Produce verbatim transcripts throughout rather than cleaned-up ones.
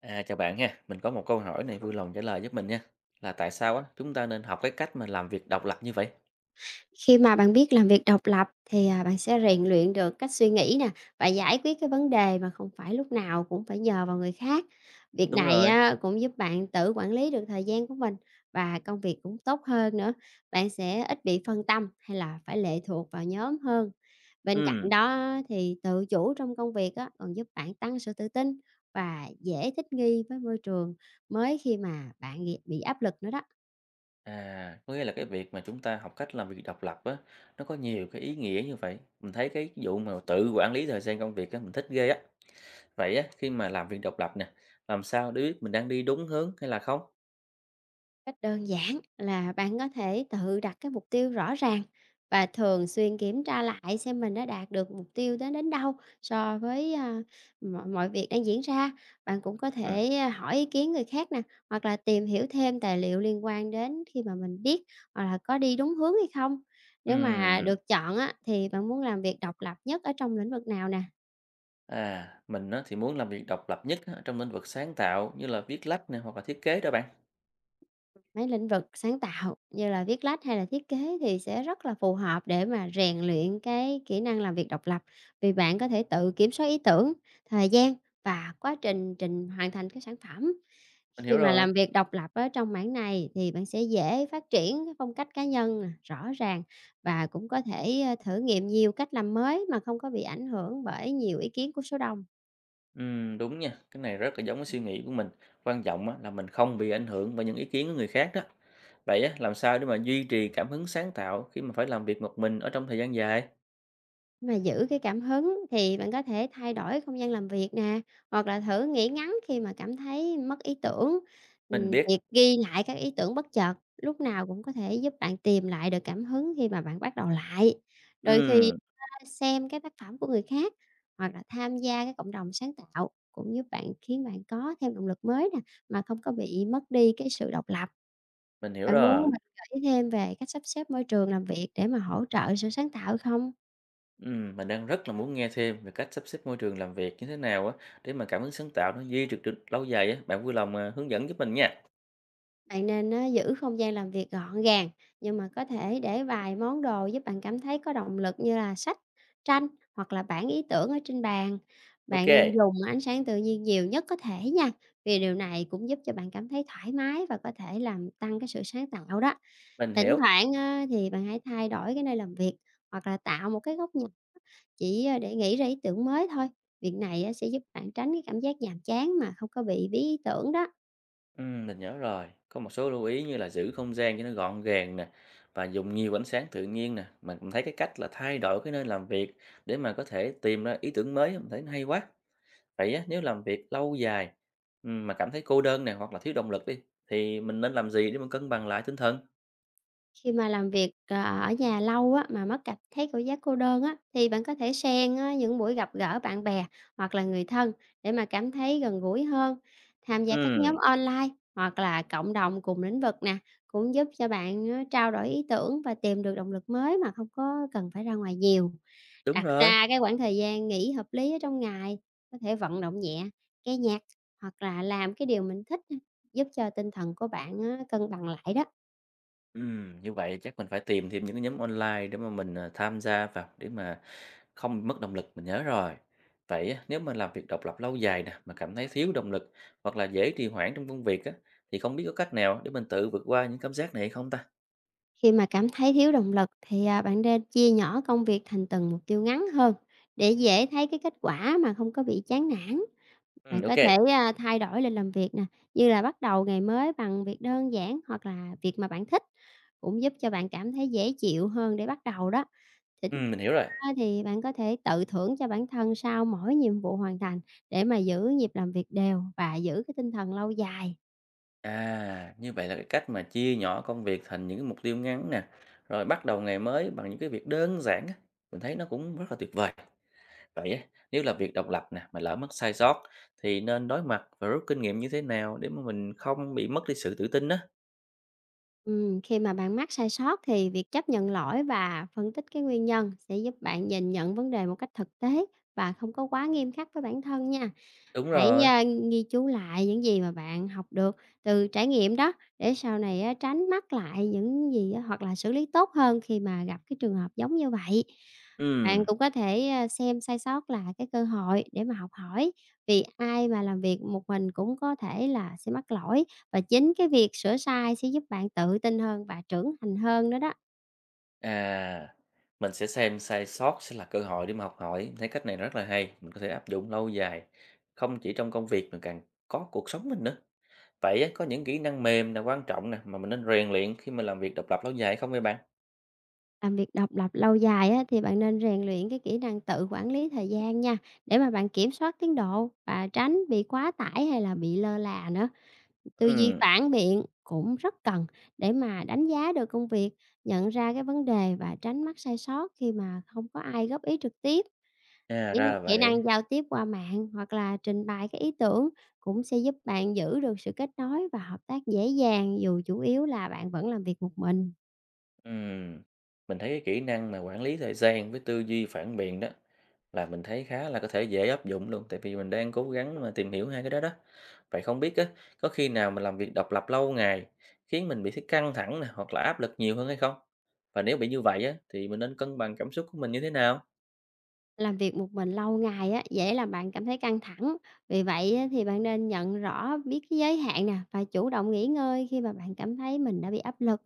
À, chào bạn nha, mình có một câu hỏi này vui lòng trả lời giúp mình nha. Là tại sao á chúng ta nên học cái cách mà làm việc độc lập như vậy? Khi mà bạn biết làm việc độc lập thì, à, bạn sẽ rèn luyện được cách suy nghĩ nè và giải quyết cái vấn đề mà không phải lúc nào cũng phải nhờ vào người khác. Việc Đúng này rồi. á, cũng giúp bạn tự quản lý được thời gian của mình và công việc cũng tốt hơn nữa. Bạn sẽ ít bị phân tâm hay là phải lệ thuộc vào nhóm hơn. Bên cạnh Ừ. đó thì tự chủ trong công việc á, còn giúp bạn tăng sự tự tin và dễ thích nghi với môi trường mới khi mà bạn bị bị áp lực nữa đó. À, có nghĩa là cái việc mà chúng ta học cách làm việc độc lập á, nó có nhiều cái ý nghĩa như vậy. Mình thấy cái vụ mà tự quản lý thời gian công việc á, mình thích ghê á. Vậy á, khi mà làm việc độc lập nè, làm sao để biết mình đang đi đúng hướng hay là không? Cách đơn giản là bạn có thể tự đặt cái mục tiêu rõ ràng và thường xuyên kiểm tra lại xem mình đã đạt được mục tiêu đến đến đâu so với à, mọi, mọi việc đang diễn ra. Bạn cũng có Ừ. thể à, hỏi ý kiến người khác nè, hoặc là tìm hiểu thêm tài liệu liên quan đến khi mà mình biết hoặc là có đi đúng hướng hay không. Nếu mà Ừ. được chọn á, thì bạn muốn làm việc độc lập nhất ở trong lĩnh vực nào nè? À, mình á, thì muốn làm việc độc lập nhất á, trong lĩnh vực sáng tạo như là viết lách nè hoặc là thiết kế đó bạn. Mấy lĩnh vực sáng tạo như là viết lách hay là thiết kế thì sẽ rất là phù hợp để mà rèn luyện cái kỹ năng làm việc độc lập, vì bạn có thể tự kiểm soát ý tưởng, thời gian và quá trình trình hoàn thành cái sản phẩm. Mình Khi hiểu mà rồi. làm việc độc lập ở trong mảng này thì bạn sẽ dễ phát triển cái phong cách cá nhân nè, rõ ràng và cũng có thể ờ, thử nghiệm nhiều cách làm mới mà không có bị ảnh hưởng bởi nhiều ý kiến của số đông. Ừm, đúng nha, cái này rất là giống cái suy nghĩ của mình. Quan trọng á, là mình không bị ảnh hưởng bởi những ý kiến của người khác đó. Vậy á, làm sao để mà duy trì cảm hứng sáng tạo khi mà phải làm việc một mình ở trong thời gian dài? Mà giữ cái cảm hứng thì bạn có thể thay đổi không gian làm việc nè, hoặc là thử nghỉ ngắn khi mà cảm thấy mất ý tưởng. Mình Ừm, biết. việc ghi lại các ý tưởng bất chợt lúc nào cũng có thể giúp bạn tìm lại được cảm hứng khi mà bạn bắt đầu lại. Đôi khi Ừm, á, xem cái tác phẩm của người khác hoặc là tham gia cái cộng đồng sáng tạo cũng giúp bạn khiến bạn có thêm động lực mới nè, mà không có bị mất đi cái sự độc lập. mình hiểu Bạn muốn rồi. mình gợi ý thêm về cách sắp xếp môi trường làm việc để mà hỗ trợ sự sáng tạo không? Ừm, mình đang rất là muốn nghe thêm về cách sắp xếp môi trường làm việc như thế nào á để mà cảm hứng sáng tạo nó duy trì được lâu dài á. Bạn vui lòng à, hướng dẫn giúp mình nha. Bạn nên á, giữ không gian làm việc gọn gàng nhưng mà có thể để vài món đồ giúp bạn cảm thấy có động lực như là sách, tranh hoặc là bản ý tưởng ở trên bàn. Ok, Bạn nên dùng ánh sáng tự nhiên nhiều nhất có thể nha vì điều này cũng giúp cho bạn cảm thấy thoải mái và có thể làm tăng cái sự sáng tạo đó. mình Thỉnh hiểu. thoảng á, thì bạn hãy thay đổi cái nơi làm việc hoặc là tạo một cái góc nhìn chỉ à, để nghĩ ra ý tưởng mới thôi. Việc này á, sẽ giúp bạn tránh cái cảm giác nhàm chán mà không có bị bí ý tưởng đó. Ừm, mình nhớ rồi. Có một số lưu ý như là giữ không gian cho nó gọn gàng nè và dùng nhiều ánh sáng tự nhiên nè. Mình cũng thấy cái cách là thay đổi cái nơi làm việc để mà có thể tìm ra ý tưởng mới, mình thấy nó hay quá. Vậy á, nếu làm việc lâu dài ừm, mà cảm thấy cô đơn nè hoặc là thiếu động lực đi thì mình nên làm gì để mà cân bằng lại tinh thần? Khi mà làm việc, ờ, ở nhà lâu á, mà mất cảm thấy cảm giác cô đơn á, thì bạn có thể xen á, những buổi gặp gỡ bạn bè hoặc là người thân để mà cảm thấy gần gũi hơn. Tham gia các Ừm, nhóm online hoặc là cộng đồng cùng lĩnh vực nè, cũng giúp cho bạn á, trao đổi ý tưởng và tìm được động lực mới mà không có cần phải ra ngoài nhiều. đúng Đặt rồi. ra cái khoảng thời gian nghỉ hợp lý ở trong ngày, có thể vận động nhẹ, nghe nhạc hoặc là làm cái điều mình thích á, giúp cho tinh thần của bạn á, cân bằng lại đó. Ừm, như vậy chắc mình phải tìm thêm những cái nhóm online để mà mình à, tham gia vào để mà không mất động lực, mình nhớ rồi. Vậy á, nếu mà làm việc độc lập lâu dài nè, mà cảm thấy thiếu động lực hoặc là dễ trì hoãn trong công việc á, thì không biết có cách nào để mình tự vượt qua những cảm giác này hay không ta? Khi mà cảm thấy thiếu động lực thì, à, bạn nên chia nhỏ công việc thành từng mục tiêu ngắn hơn để dễ thấy cái kết quả mà không có bị chán nản. Ừ, Bạn ok. có thể, a, thay đổi lịch làm việc nè, như là bắt đầu ngày mới bằng việc đơn giản hoặc là việc mà bạn thích, cũng giúp cho bạn cảm thấy dễ chịu hơn để bắt đầu đó. Thỉnh Ừ, mình hiểu rồi. ra thì bạn có thể tự thưởng cho bản thân sau mỗi nhiệm vụ hoàn thành để mà giữ nhịp làm việc đều và giữ cái tinh thần lâu dài. À, như vậy là cái cách mà chia nhỏ công việc thành những cái mục tiêu ngắn nè, rồi bắt đầu ngày mới bằng những cái việc đơn giản á, mình thấy nó cũng rất là tuyệt vời. Vậy á, nếu là việc độc lập nè, mà lỡ mắc sai sót thì nên đối mặt và rút kinh nghiệm như thế nào để mà mình không bị mất đi sự tự tin á? Ừm, khi mà bạn mắc sai sót thì việc chấp nhận lỗi và phân tích cái nguyên nhân sẽ giúp bạn nhìn nhận vấn đề một cách thực tế và không có quá nghiêm khắc với bản thân nha. Đúng Hãy, rồi. a, ghi chú lại những gì mà bạn học được từ trải nghiệm đó, để sau này á tránh mắc lại những gì á, hoặc là xử lý tốt hơn khi mà gặp cái trường hợp giống như vậy. Bạn Ừ. cũng có thể, a, xem sai sót là cái cơ hội để mà học hỏi, vì ai mà làm việc một mình cũng có thể là sẽ mắc lỗi, và chính cái việc sửa sai sẽ giúp bạn tự tin hơn và trưởng thành hơn nữa đó. À, mình sẽ xem sai sót sẽ là cơ hội để mà học hỏi, thấy cách này rất là hay, mình có thể áp dụng lâu dài, không chỉ trong công việc mà càng có cuộc sống mình nữa. Vậy á, có những kỹ năng mềm là quan trọng nè mà mình nên rèn luyện khi mà làm việc độc lập lâu dài không vậy bạn? Làm việc độc lập lâu dài á, thì bạn nên rèn luyện cái kỹ năng tự quản lý thời gian nha, để mà bạn kiểm soát tiến độ và tránh bị quá tải hay là bị lơ là nữa. Tư duy Ừ, phản biện cũng rất cần để mà đánh giá được công việc, nhận ra cái vấn đề và tránh mắc sai sót khi mà không có ai góp ý trực tiếp. à, Những ra là kỹ vậy. năng giao tiếp qua mạng hoặc là trình bày cái ý tưởng cũng sẽ giúp bạn giữ được sự kết nối và hợp tác dễ dàng dù chủ yếu là bạn vẫn làm việc một mình. Ừm, mình thấy cái kỹ năng mà quản lý thời gian với tư duy phản biện đó là mình thấy khá là có thể dễ áp dụng luôn tại vì mình đang cố gắng mà tìm hiểu hai cái đó đó. Vậy không biết á, có khi nào mình làm việc độc lập lâu ngày khiến mình bị thấy căng thẳng nè hoặc là áp lực nhiều hơn hay không? Và nếu bị như vậy á thì mình nên cân bằng cảm xúc của mình như thế nào? Làm việc một mình lâu ngày á, dễ làm bạn cảm thấy căng thẳng. Vì vậy á, thì bạn nên nhận rõ biết cái giới hạn nè và chủ động nghỉ ngơi khi mà bạn cảm thấy mình đã bị áp lực.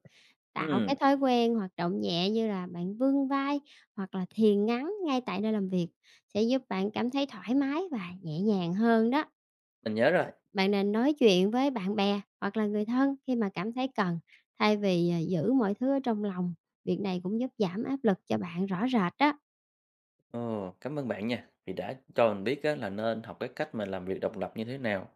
Tạo Ừm, cái thói quen hoạt động nhẹ như là bạn vươn vai hoặc là thiền ngắn ngay tại nơi làm việc sẽ giúp bạn cảm thấy thoải mái và nhẹ nhàng hơn đó. mình nhớ rồi. Bạn nên nói chuyện với bạn bè hoặc là người thân khi mà cảm thấy cần thay vì à, giữ mọi thứ ở trong lòng. Việc này cũng giúp giảm áp lực cho bạn rõ rệt đó. Ồ, cảm ơn bạn nha, vì đã cho mình biết á, là nên học cái cách mà làm việc độc lập như thế nào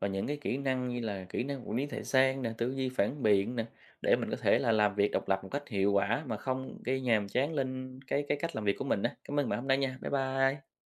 và những cái kỹ năng như là kỹ năng quản lý thời gian nè, tư duy phản biện nè để mình có thể là làm việc độc lập một cách hiệu quả mà không gây nhàm chán lên cái cái cách làm việc của mình á. Cảm ơn bạn hôm nay nha. Bye bye.